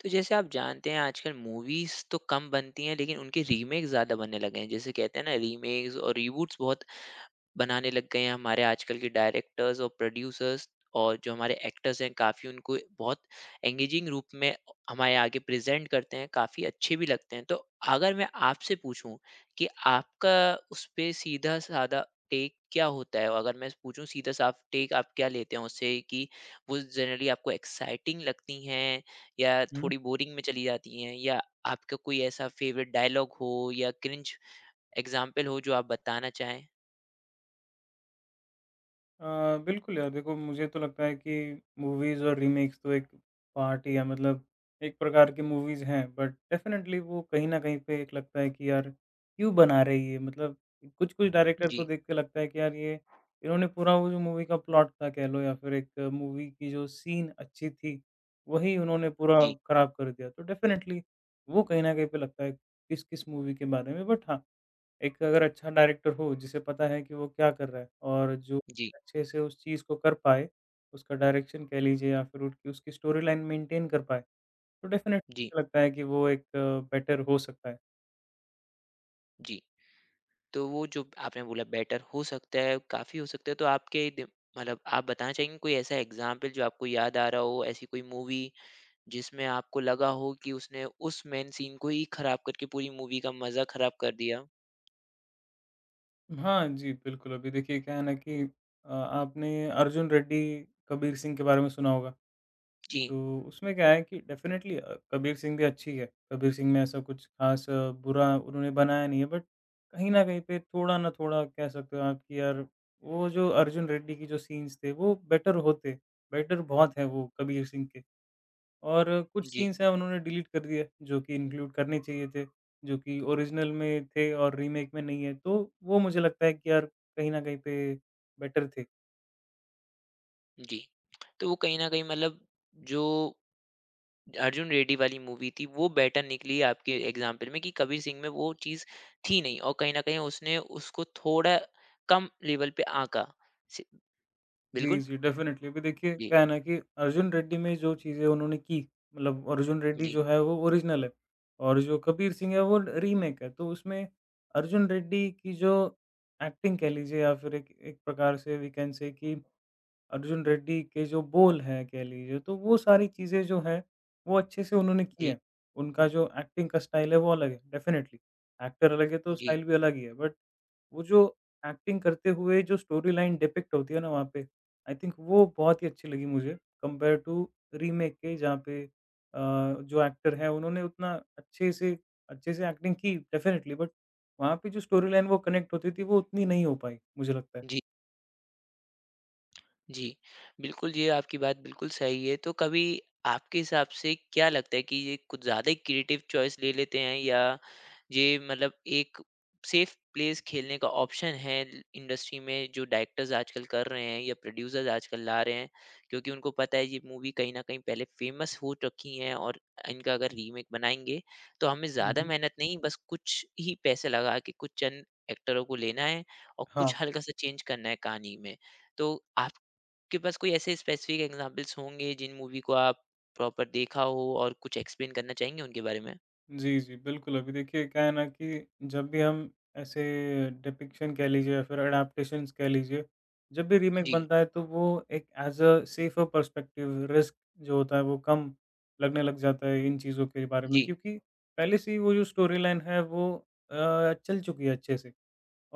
तो जैसे आप जानते हैं आजकल मूवीज तो कम बनती हैं, लेकिन उनके रीमेक ज्यादा बनने लगे हैं। जैसे कहते हैं ना, रीमेक्स और रीबूट्स बहुत बनाने लग गए हैं हमारे आजकल के डायरेक्टर्स और प्रोड्यूसर्स। और जो हमारे एक्टर्स हैं काफ़ी उनको बहुत एंगेजिंग रूप में हमारे आगे प्रेजेंट करते हैं, काफ़ी अच्छे भी लगते हैं। तो अगर मैं आपसे पूछूँ कि आपका उस पे सीधा-साधा टेक क्या होता है? और अगर मैं पूछूँ सीधा-साफ टेक आप क्या लेते हैं उससे कि वो जनरली आपको एक्साइटिंग लगती हैं या हुँ। थोड़ी बोरिंग में चली जाती हैं? या आपका कोई ऐसा फ़ेवरेट डायलॉग हो या क्रिंज एग्ज़ाम्पल हो जो आप बताना चाहें? अ, बिल्कुल यार देखो, मुझे तो लगता है कि मूवीज़ और रीमेक्स तो एक पार्ट ही है, मतलब एक प्रकार की मूवीज़ हैं, बट डेफ़िनेटली वो कहीं न कहीं पे एक लगता है कि यार क्यों बना रहे ये, मतलब कुछ-कुछ डायरेक्टर को जी। देख के लगता है कि यार, ये इन्होंने पूरा वो जो मूवी का प्लॉट था कह लो, या फिर एक मूवी की जो सीन अच्छी थी, वही उन्होंने पूरा जी। ख़राब कर दिया। तो डेफ़िनेटली वो कहीं न कहीं पे लगता है किस-किस मूवी के बारे में, बट हाँ, एक अगर अच्छा डायरेक्टर हो जिसे पता है कि वो क्या कर रहा है और जो जी, अच्छे से उस चीज़ को कर पाए, उसका डायरेक्शन कह लीजिए या फिर उट उसकी स्टोरी लाइन मेंटेन कर पाए, तो डेफ़िनेटली जी, मुझे लगता है कि वो एक बेटर हो सकता है। जी। तो वो जो आपने बोला बेटर हो सकता है, काफ़ी हो सकता है, तो आपके दि मतलब आप बताना चाहेंगे कोई ऐसा एग्ज़ाम्पल जो आपको याद आ रहा हो, ऐसी कोई मूवी जिसमें आपको लगा हो कि उसने उस मेन सीन को ही खराब करके पूरी मूवी का मज़ा खराब कर दिया? हाँ जी, बिल्कुल, अभी देखिए क्या है ना कि आपने अर्जुन रेड्डी, कबीर सिंह के बारे में सुना होगा। जी, तो उसमें क्या है कि डेफ़िनेटली कबीर सिंह भी अच्छी है। कबीर सिंह में ऐसा कुछ ख़ास बुरा उन्होंने बनाया नहीं है, बट कहीं न कहीं पे थोड़ा ना थोड़ा कह सकते हो आप कि यार, वो जो अर्जुन रेड्डी की जो सीन्स थे वो बेटर होते। बेटर बहुत हैं वो कबीर सिंह के, और कुछ जी, सीन्स हैं उन्होंने डिलीट कर दिए जो कि इंक्लूड करने चाहिए थे, जो कि ओरिजिनल में थे और रीमेक में नहीं है। तो वो मुझे लगता है कि यार, कहीं न कहीं पे बेटर थे। जी। तो वो कहीं न कहीं मतलब जो अर्जुन रेड्डी वाली मूवी थी, वो बेटर निकली आपके एग्ज़ाम्पल में कि कबीर सिंह में वो चीज़ थी नहीं और कहीं न कहीं उसने उसको थोड़ा कम लेवल पे आँका। सि जी, बिल्कुल। जी, डेफ़िनेटली। अभी देखिए, जी, क्या है ना कि अर्जुन रेड्डी में जो चीज़ें उन्होंने की, मतलब अर्जुन रेड्डी जी, जो है वो ओरिजिनल है और जो कबीर सिंह है वो रीमेक है। तो उसमें अर्जुन रेड्डी की जो एक्टिंग कह लीजिए, या फिर एक एक प्रकार से वी कैन से कि अर्जुन रेड्डी के जो बोल हैं कह लीजिए, तो वो सारी चीज़ें जो हैं, वो अच्छे से उन्होंने की जी, हैं। उनका जो एक्टिंग का स्टाइल है वो अलग है, डेफ़िनेटली। एक्टर अलग है तो जी, स्टाइल भी अलग ही है, बट वो जो एक्टिंग करते हुए जो स्टोरी लाइन डिपिक्ट होती है ना वहाँ पे, आई थिंक वो बहुत ही अच्छी लगी मुझे कंपेयर टू रीमेक के, जहाँ पे अ, जो एक्टर हैं उन्होंने उतना अच्छे से अच्छे से एक्टिंग की डेफ़िनेटली, बट वहाँ पे जो स्टोरी लाइन वो कनेक्ट होती थी, वो उतनी नहीं हो पाई, मुझे लगता है। जी, जी, बिल्कुल, ये आपकी बात बिल्कुल सही है। तो कभी आपके हिसाब से क्या लगता है कि ये कुछ ज़्यादा ही क्रिएटिव चॉइस ले लेते हैं या ये मतलब एक सेफ प्लेस खेलने का ऑप्शन है इंडस्ट्री में जो डायरेक्टर्स आजकल कर रहे हैं या प्रोड्यूसर्स आजकल ला रहे हैं, क्योंकि उनको पता है ये मूवी कहीं न कहीं पहले फेमस हो चुकी हैं और इनका अगर रीमेक बनाएँगे, तो हमें हुँ, ज़्यादा हुँ। मेहनत नहीं, बस कुछ ही पैसे लगा के कुछ चंद एक्टरों को लेना है और कुछ हाँ। हल्का-सा चेंज करना है कहानी में। तो आप आपके पास कोई ऐसे स्पेसिफिक एग्जांपल्स होंगे जिन मूवी को आप प्रॉपर देखा हो और कुछ एक्सप्लेन करना चाहेंगे उनके बारे में? जी, जी, बिल्कुल, अभी देखिए क्या है ना कि जब भी हम ऐसे डिपिक्शन कह लीजिए या फिर एडाप्टेशंस कह लीजिए, जब भी रीमेक जी, बनता है तो वो एक as a safer perspective risk जो होता है वो कम लगने लग जाता है इन चीज़ों के बारे में, जी, क्योंकि पहले से ही वो जो स्टोरी लाइन है वो चल चुकी है अच्छे से।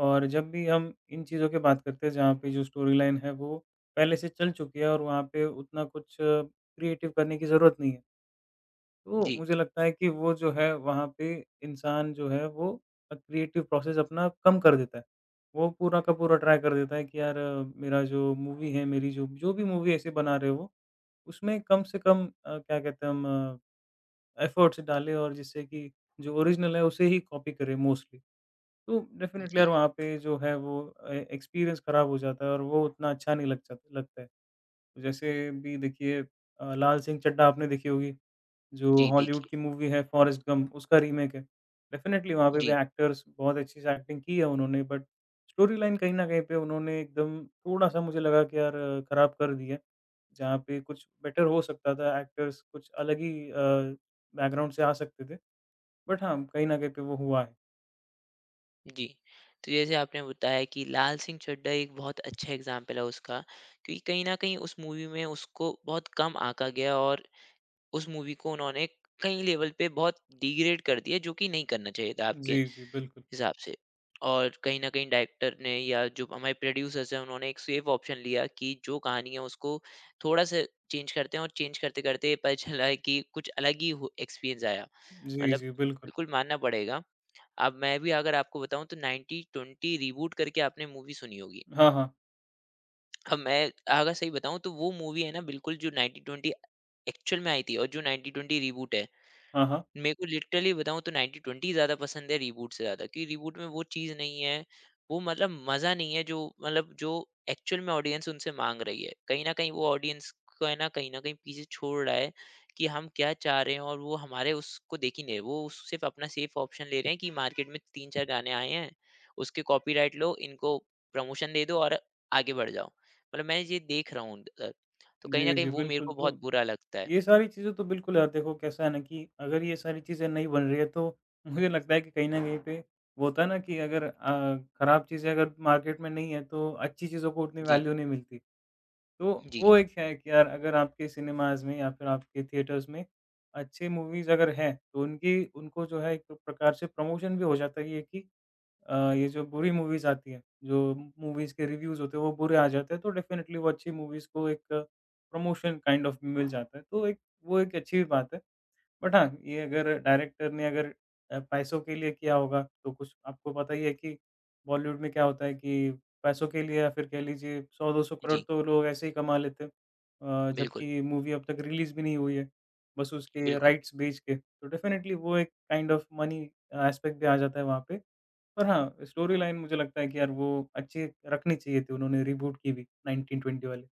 और जब भी हम इन चीज़ों की बात करते हैं जहाँ पे जो स्टोरी लाइन है वो पहले से चल चुकी है, और वहाँ पे उतना कुछ क्रिएटिव करने की ज़रूरत नहीं है। तो जी, मुझे लगता है कि वो जो है वहाँ पे इंसान जो है वो क्रिएटिव प्रोसेस अपना कम कर देता है। वो पूरा का पूरा ट्राई कर देता है कि यार मेरा जो मूवी है, मेरी जो जो भी मूवी ऐसे बना रहे हो, उसमें कम से कम क्या कहते हैं हम एफर्ट्स डालें, और जिससे कि जो ओरिजिनल है उसे ही कॉपी करें मोस्टली। तो डेफिनिटली यार, जी, वहाँ पे जो है वो एक्सपीरियंस खराब हो जाता है और वो उतना अच्छा नहीं लग जाता लगता है। तो जैसे भी देखिए लाल सिंह चड्ढा आपने देखी होगी। जो जी, हॉलीवुड देखिए। की मूवी है फॉरेस्ट गम्प उसका रीमेक है। डेफ़िनेटली वहाँ पे भी जी, एक्टर्स बहुत अच्छी से एक्टिंग की है उन्होंने, बट स्टोरी लाइन कहीं न कहीं पे उन्होंने एकदम थोड़ा-सा, मुझे लगा कि यार खराब कर दिया। जहाँ पे कुछ बेटर हो सकता था, एक्टर्स कुछ अलग ही बैकग्राउंड से आ सकते थे। बट हाँ, कहीं न कहीं पे वो हुआ है। जी। तो जैसे आपने बताया कि लाल सिंह चड्ढा एक बहुत अच्छा एग्जांपल है उसका, क्योंकि कहीं न कहीं उस मूवी में उसको बहुत कम आँका गया और उस मूवी को उन्होंने कई लेवल पे बहुत डिग्रेड कर दिया, जो कि नहीं करना चाहिए था आपके जी, जी, बिल्कुल। हिसाब से। और कहीं न कहीं डायरेक्टर ने या जो हमारे प्रोड्यूसर्स हैं उन्होंने एक सेफ ऑप्शन लिया कि जो कहानी है उसको थोड़ा-सा चेंज करते हैं और चेंज करते-करते पता चला है कि कुछ अलग ही हो एक्सपीरियंस आया। जी, मतलब जी, बिल्कुल। बिल्कुल मानना पड़ेगा। अब मैं भी अगर आपको बताऊँ तो 90-20 रीबूट करके आपने मूवी सुनी होगी। हाँ, हाँ। अब मैं अगर सही बताऊँ तो वो मूवी है ना बिल्कुल जो 90-20 एक्चुअल में आई थी और जो 90-20 रीबूट है, हाँ, हाँ। मेरे को लिटरली बताऊँ तो 90-20 ज़्यादा पसंद है रीबूट से ज़्यादा, क्योंकि रीबूट में वो चीज़ नहीं है, वो मतलब मज़ा नहीं है जो मतलब जो एक्चुअल में ऑडियंस उनसे माँग रही है। कहीं न कहीं वो ऑडियंस को है ना, कहीं न कहीं पीछे छोड़ रहा है कि हम क्या चाह रहे हैं और वो हमारे उसको देख ही नहीं रहे। वो सिर्फ़ अपना सेफ ऑप्शन ले रहे हैं कि मार्केट में 3-4 गाने आए हैं, उसके कॉपीराइट लो, इनको प्रमोशन दे दो और आगे बढ़ जाओ। मतलब मैं ये देख रहा हूँ, तो कहीं न जी, कहीं जी, वो मेरे बिल्कुल, को बहुत तो बुरा लगता है। ये सारी चीज़ें तो बिल्कुल यार देखो, कैसा है ना कि अगर ये सारी चीज़ें नहीं बन रही है तो मुझे लगता है कि कहीं न कहीं पे वो होता है ना कि अगर खराब चीज़ें अगर मार्केट में नहीं है तो अच्छी चीज़ों को उतनी जी, वैल्यू नहीं मिलती। तो जी, वो एक है कि यार, अगर आपके सिनेमाज़ में या फिर आपके थिएटर्स में अच्छी मूवीज़ अगर हैं, तो उनकी उनको जो है एक प्रकार से प्रमोशन भी हो जाता है, ये कि ये जो बुरी मूवीज़ आती हैं, जो मूवीज़ के रिव्यूज़ होते हैं वो बुरे आ जाते हैं, तो डेफ़िनेटली वो अच्छी मूवीज़ को एक प्रमोशन काइंड ऑफ मिल जाता है। तो एक वो एक अच्छी बात है। बट हाँ, ये अगर डायरेक्टर ने अगर पैसों के लिए किया होगा, तो कुछ आपको पता ही है कि बॉलीवुड में क्या होता है, कि पैसों के लिए या फिर कह लीजिए 100-200 करोड़ जी, तो लोग ऐसे ही कमा लेते हैं। बिल्कुल। जबकि मूवी अब तक रिलीज़ भी नहीं हुई है, बस उसके बिल्कुल, राइट्स बेच के। तो डेफ़िनेटली वो एक काइंड ऑफ मनी एस्पेक्ट भी आ जाता है वहाँ पे। पर हाँ, स्टोरी लाइन मुझे लगता है कि यार वो अच्छी रखनी चाहिए थी उन्होंने रिबूट की भी 1920 वाली।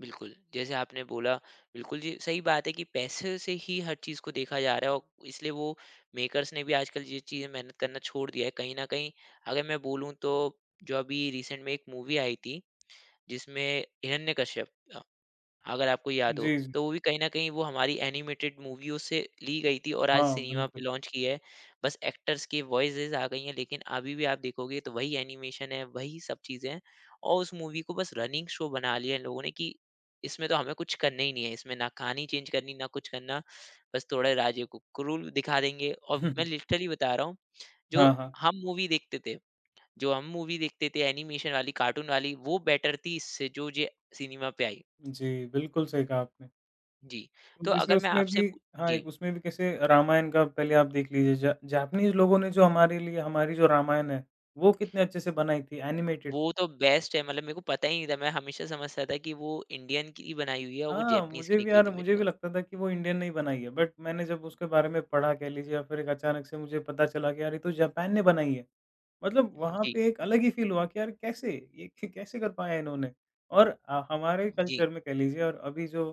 बिल्कुल। जैसे आपने बोला बिल्कुल जी, सही बात है कि पैसे से ही हर चीज़ को देखा जा रहा है और इसलिए वो मेकर्स ने भी आजकल ये चीज़ें मेहनत करना छोड़ दिया है। कहीं न कहीं अगर मैं बोलूँ तो जो अभी रिसेंट में एक मूवी आई थी जिसमें हिरण्यकश्यप, अगर आपको याद हो, जी, जी। तो वो भी कहीं न कहीं वो हमारी एनिमेटेड मूवियों से ली गई थी और आज हाँ, सिनेमा पे बिल्कुल। लॉन्च की है। बस एक्टर्स की वॉइसेज़ आ गई हैं, लेकिन अभी भी आप देखोगे तो वही एनिमेशन है, वही सब चीज़ें हैं और उस मूवी को बस रनिंग शो बना लिया इन लोगों ने कि इसमें तो हमें कुछ करना ही नहीं है। इसमें ना कहानी चेंज करनी, ना कुछ करना, बस थोड़ा राजे को क्रूर दिखा देंगे और मैं लिटरली बता रहा हूँ, जो हाँ, हाँ। हम मूवी देखते थे जो हम मूवी देखते थे एनिमेशन वाली, कार्टून वाली, वो बेटर थी इससे जो ये सिनेमा पे आई। जी, बिल्कुल सही कहा आपने। जी, तो तो जैसे अगर मैं उसमें आपसे भी पू हाँ, जी, एक उसमें भी कैसे रामायण का पहले आप देख लीजिए, जा जापानीज़ लोगों ने जो हमारे लिए हमारी जो रामायण है, वो कितने अच्छे से बनाई थी एनिमेटेड। वो तो बेस्ट है, मतलब मेरे को पता ही नहीं था, मैं हमेशा समझता था कि वो इंडियन की बनाई हुई है और वो हाँ, जैपनीज़ की मुझे भी निकली यार, थी मेरे मुझे को। भी लगता था कि वो इंडियन ने ही बनाई है, बट मैंने जब उसके बारे में पढ़ा कह लीजिए, या फिर एक अचानक से मुझे पता चला कि यार ये तो जापान ने बनाई है। मतलब हुँ, वहाँ जी, पे एक अलग ही फ़ील हुआ कि यार, कैसे? ये कैसे कर पाया इन्होंने? और हमारे जी, कल्चर में कह लीजिए, और अभी जो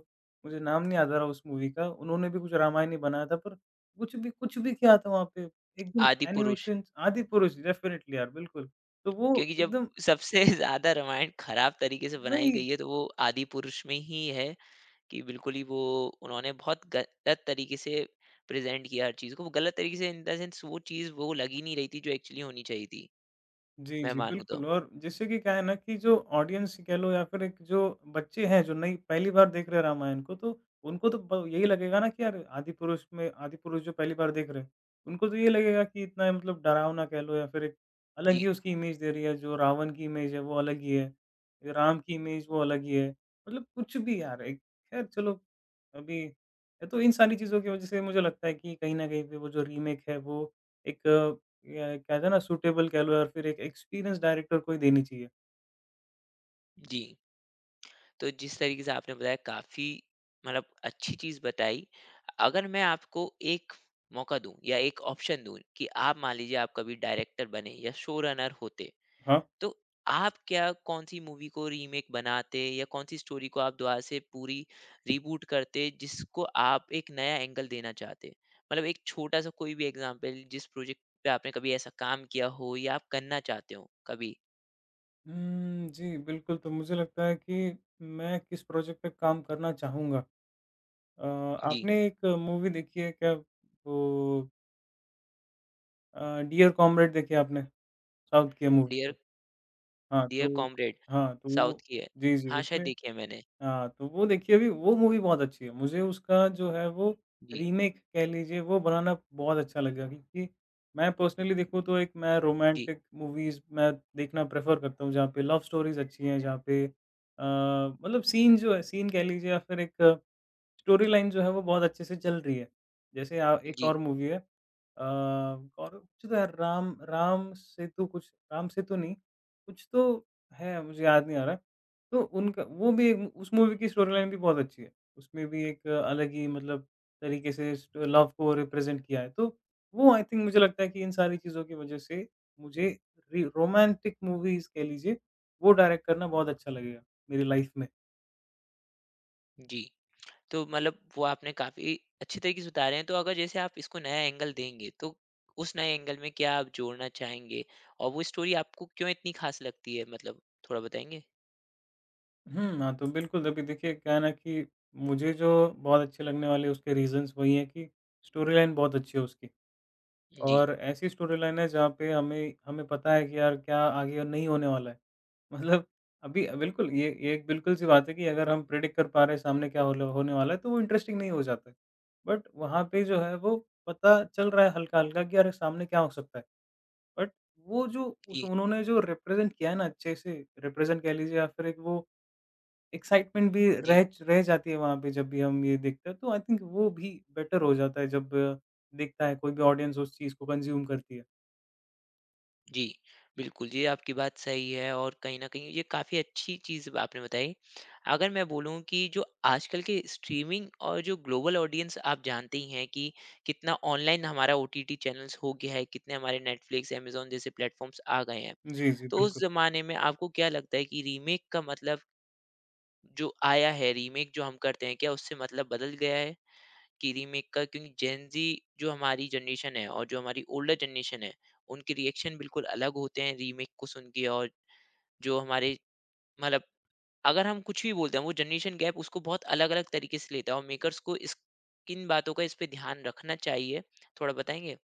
मुझे नाम नहीं याद आ रहा उस मूवी का, उन्होंने भी कुछ रामायण ही बनाया था पर कुछ भी किया था वहाँ पे। एकदम आदिपुरुष एनिमेशंस, आदि पुरुष डेफ़िनेटली यार बिल्कुल। तो वो क्योंकि जब एकदम सबसे ज़्यादा रामायण खराब तरीके से बनाई वही। गई है, तो वो आदिपुरुष में ही है कि बिल्कुल ही वो उन्होंने बहुत गलत तरीके से प्रेज़ेंट किया हर चीज़ को, वो गलत तरीके से इन द सेंस वो चीज़ वो लग ही नहीं रही थी जो एक्चुअली होनी चाहिए थी, जी, मैं जी, मानूँ तो। बिल्कुल, और जैसे कि क्या है ना कि जो ऑडियंस ही कह लो या फिर एक जो बच्चे हैं जो नई पहली बार देख रहे हैं रामायण को, तो उनको तो ब यही लगेगा ना कि यार, आदि पुरुष जो पहली बार देख रहे हैं, उनको तो ये लगेगा कि इतना मतलब डरावना कह लो या फिर एक अलग जी, ही उसकी इमेज दे रही है, जो रावण की इमेज है वो अलग ही है, ये राम की इमेज वो अलग ही है। मतलब कुछ भी यार, एक खैर चलो, अभी ये तो इन सारी चीज़ों की वज़ह से मुझे लगता है कि कहीं न कहीं पे वो जो रीमेक है वो एक, या कहते हैं ना, सूटेबल कह लो या फिर एक एक्सपीरियंस डायरेक्टर को ही देनी चाहिए। जी। तो जिस तरीके से आपने बताया काफी मतलब अच्छी चीज बताई, अगर मैं आपको एक मौका दूं या एक ऑप्शन दूं कि आप मान लीजिए आप कभी डायरेक्टर बने या शो रनर होते, हाँ। तो आप क्या कौन सी मूवी को रीमेक बनाते या कौन सी स्टोरी को आप दोबारा से पूरी रीबूट करते जिसको आप एक नया एंगल देना चाहते, मतलब एक छोटा सा कोई भी एग्जांपल जिस प्रोजेक्ट पे आपने कभी ऐसा काम किया हो या आप करना चाहते हो कभी। हुँ, जी, बिल्कुल, तो मुझे लगता है कि मैं किस प्रोजेक्ट पे काम करना चाहूँगा। अ, जी। आपने एक मूवी देखी है क्या वो डियर कॉमरेड देखी है आपने? साउथ की है मूवी। पे? डियर हाँ, डियर तो कॉमरेड हाँ, तो साउथ वो की है। जी, जी, हाँ, शायद उसमें देखी है मैंने। हाँ, तो वो देखिए, अभी वो मूवी बहुत अच्छी है। मुझे उसका जो है वो जी, रीमेक कह लीजिए, वो बनाना बहुत अच्छा लगेगा, क्योंकि मैं पर्सनली देखूँ तो एक मैं जी, रोमांटिक मूवीज़ मैं देखना प्रेफ़र करता हूँ जहाँ पे लव स्टोरीज़ अच्छी हैं, जहाँ पे मतलब सीन जो है सीन कह लीजिए, या फिर एक स्टोरी लाइन जो है वो बहुत अच्छे से चल रही है। जैसे एक जी, और मूवी है और कुछ तो है, राम राम सेतु, कुछ, राम सेतु नहीं, कुछ तो है मुझे याद नहीं आ रहा। तो उनका वो भी एक उस मूवी की स्टोरी लाइन भी बहुत अच्छी है। उसमें भी एक अलग ही मतलब तरीके से इस लव को रिप्रेज़ेंट किया है। तो वो आई थिंक मुझे लगता है कि इन सारी चीज़ों की वज़ह से मुझे रि रोमांटिक मूवीज़ कह लीजिए, वो डायरेक्ट करना बहुत अच्छा लगेगा मेरी लाइफ़ में। जी। तो मतलब वो आपने काफ़ी अच्छे तरीके से उतारे हैं, तो अगर जैसे आप इसको नया एंगल देंगे, तो उस नए एंगल में क्या आप जोड़ना चाहेंगे? और वो स्टोरी आपको क्यों इतनी ख़ास लगती है, मतलब थोड़ा बताएँगे? हुँ, हाँ, तो बिल्कुल अभी देखिए क्या है ना कि मुझे जो बहुत अच्छे लगने वाले उसके रीज़न्स वही हैं कि स्टोरी लाइन बहुत अच्छी है उसकी, जी, और ऐसी स्टोरी लाइन है जहाँ पे हमें हमें पता है कि यार क्या आगे और नहीं होने वाला है। मतलब अभी बिल्कुल ये एक बिल्कुल-सी बात है कि अगर हम प्रेडिक्ट कर पा रहे हैं सामने क्या होल होने वाला है तो वो इंटरेस्टिंग नहीं हो जाता है। बट वहाँ पे जो है वो पता चल रहा है हल्का-हल्का कि अरे, सामने क्या हो सकता है। बट वो जो उस जी, उन्होंने जो रिप्रेज़ेंट किया है ना अच्छे से, रिप्रेज़ेंट कह लीजिए या फिर एक वो एक्साइटमेंट भी जी। रह रह जाती है वहाँ पे जब भी हम ये देखते हैं, तो आई थिंक वो भी बेटर हो जाता है, जब देखता है कोई भी ऑडियंस उस चीज़ को कंज़्यूम करती है। जी, बिल्कुल, ये आपकी बात सही है और कहीं न कहीं ये काफ़ी अच्छी चीज़ आपने बताई। अगर मैं बोलूँ कि जो आजकल के स्ट्रीमिंग और जो ग्लोबल ऑडियंस आप जानते ही हैं कि कितना ऑनलाइन हमारा ओटीटी चैनल्स हो गया है, कितने हमारे नेटफ्लिक्स, अमेज़न जैसे प्लेटफ़ॉर्म्स आ गए हैं। जी, जी, तो उस बिल्कुल। ज़माने में आपको क्या लगता है कि रीमेक का मतलब जो आया है, रीमेक जो हम करते हैं, क्या उससे मतलब बदल गया है? कि रीमेक का, क्योंकि जेन ज़ी जो हमारी जनरेशन है और जो हमारी ओल्डर जनरेशन है, उनके रिएक्शन बिल्कुल अलग होते हैं रीमेक को सुन के, और जो हमारे मतलब अगर हम कुछ भी बोलते हैं, वो जनरेशन गैप उसको बहुत अलग-अलग तरीके से लेता है और मेकर्स को इस किन बातों का इस पे ध्यान रखना चाहिए, थोड़ा बताएँगे?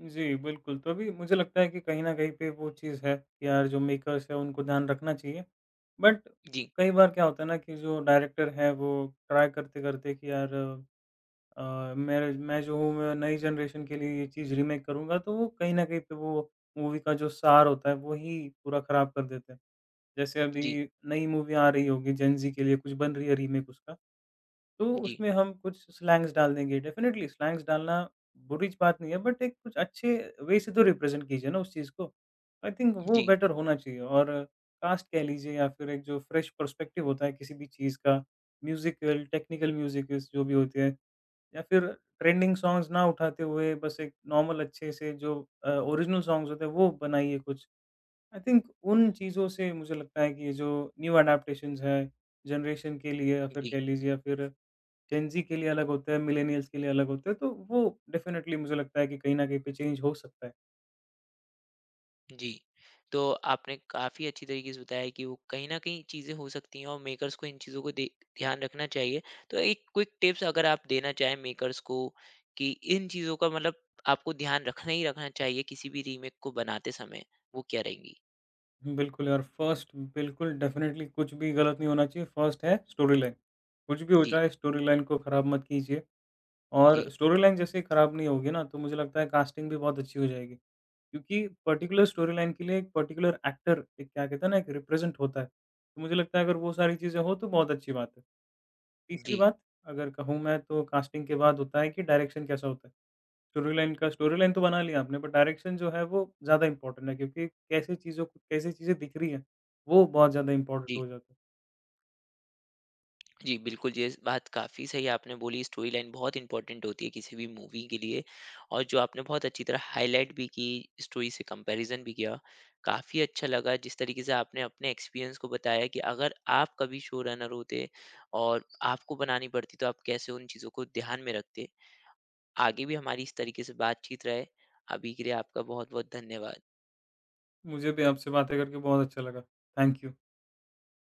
जी, बिल्कुल, तो अभी मुझे लगता है कि कहीं न कहीं पे वो चीज़ है कि यार जो मेकर्स हैं उनको ध्यान रखना चाहिए। बट जी, कई बार क्या होता है ना कि जो डायरेक्टर है वो ट्राई करते-करते कि यार मेरे मैं जो हूँ, मैं नई जनरेशन के लिए ये चीज़ रीमेक करूँगा, तो वो कहीं न कहीं पे वो मूवी का जो सार होता है वो ही पूरा ख़राब कर देते हैं। जैसे जी, अभी नई मूवी आ रही होगी जेन ज़ी के लिए, कुछ बन रही है रीमेक उसका, तो जी, उसमें हम कुछ स्लैंग्स डाल देंगे। डेफ़िनिटली स्लैंग्स डालना बुरी बात नहीं है, बट एक कुछ अच्छे वे से तो रिप्रेज़ेंट कीजिए ना उस चीज़ को। आई थिंक वो जी, बेटर होना चाहिए, और कास्ट कह लीजिए या फिर एक जो फ्रेश पर्सपेक्टिव होता है किसी भी चीज़ का, म्यूज़िकल, टेक्निकल म्यूज़िक जो भी होती है। या फिर ट्रेंडिंग सॉन्ग्स ना उठाते हुए, बस एक नॉर्मल अच्छे से जो ओरिजिनल सॉन्ग्स होते हैं वो बनाइए कुछ। आई थिंक उन चीज़ों से मुझे लगता है कि ये जो न्यू अडैप्टेशंस हैं, जनरेशन के लिए या फिर जी। कह लीजिए या फिर जेन ज़ी के लिए अलग होते हैं, मिलेनियल्स के लिए अलग होते हैं, तो वो डेफ़िनेटली मुझे लगता है कि कहीं न कहीं पे चेंज हो सकता है। जी। तो आपने काफ़ी अच्छी तरीके से बताया कि वो कहीं न कहीं चीज़ें हो सकती हैं और मेकर्स को इन चीज़ों को दे ध्यान रखना चाहिए। तो एक क्विक टिप्स अगर आप देना चाहें मेकर्स को कि इन चीज़ों का मतलब आपको ध्यान रखना ही रखना चाहिए किसी भी रीमेक को बनाते समय, वो क्या रहेंगी? बिल्कुल यार, फर्स्ट बिल्कुल डेफ़िनेटली कुछ भी गलत नहीं होना चाहिए, फर्स्ट है स्टोरी लाइन। कुछ भी हो जी, जाए स्टोरी लाइन को खराब मत कीजिए। जी, और स्टोरी लाइन जैसे ही खराब नहीं होगी ना, तो मुझे लगता है कास्टिंग भी बहुत अच्छी हो जाएगी। क्योंकि पर्टिकुलर स्टोरी लाइन के लिए एक पर्टिकुलर एक्टर, एक क्या कहते हैं ना, एक रिप्रेज़ेंट होता है। तो मुझे लगता है अगर वो सारी चीज़ें हो तो बहुत अच्छी बात है। तीसरी जी, बात अगर कहूँ मैं तो कास्टिंग के बाद होता है कि डायरेक्शन कैसा होता है। स्टोरी लाइन तो बना लिया आपने, पर डायरेक्शन जो है वो ज़्यादा इम्पोर्टेंट है, क्योंकि कैसे चीज़ों को, कैसी चीज़ें दिख रही हैं, वो बहुत ज़्यादा इम्पोर्टेंट जी। हो जाता है। जी, बिल्कुल, ये बात काफ़ी सही आपने बोली, स्टोरी लाइन बहुत इम्पोर्टेंट होती है किसी भी मूवी के लिए और जो आपने बहुत अच्छी तरह हाइलाइट भी की, स्टोरी से कंपैरिज़न भी किया। काफ़ी अच्छा लगा जिस तरीके से आपने अपने एक्सपीरियंस को बताया कि अगर आप कभी शो रनर होते और आपको बनानी पड़ती, तो आप कैसे उन चीज़ों को ध्यान में रखते। आगे भी हमारी इस तरीके से बातचीत रहे, अभी के लिए आपका बहुत-बहुत धन्यवाद। मुझे भी आपसे बातें करके बहुत अच्छा लगा। Thank you.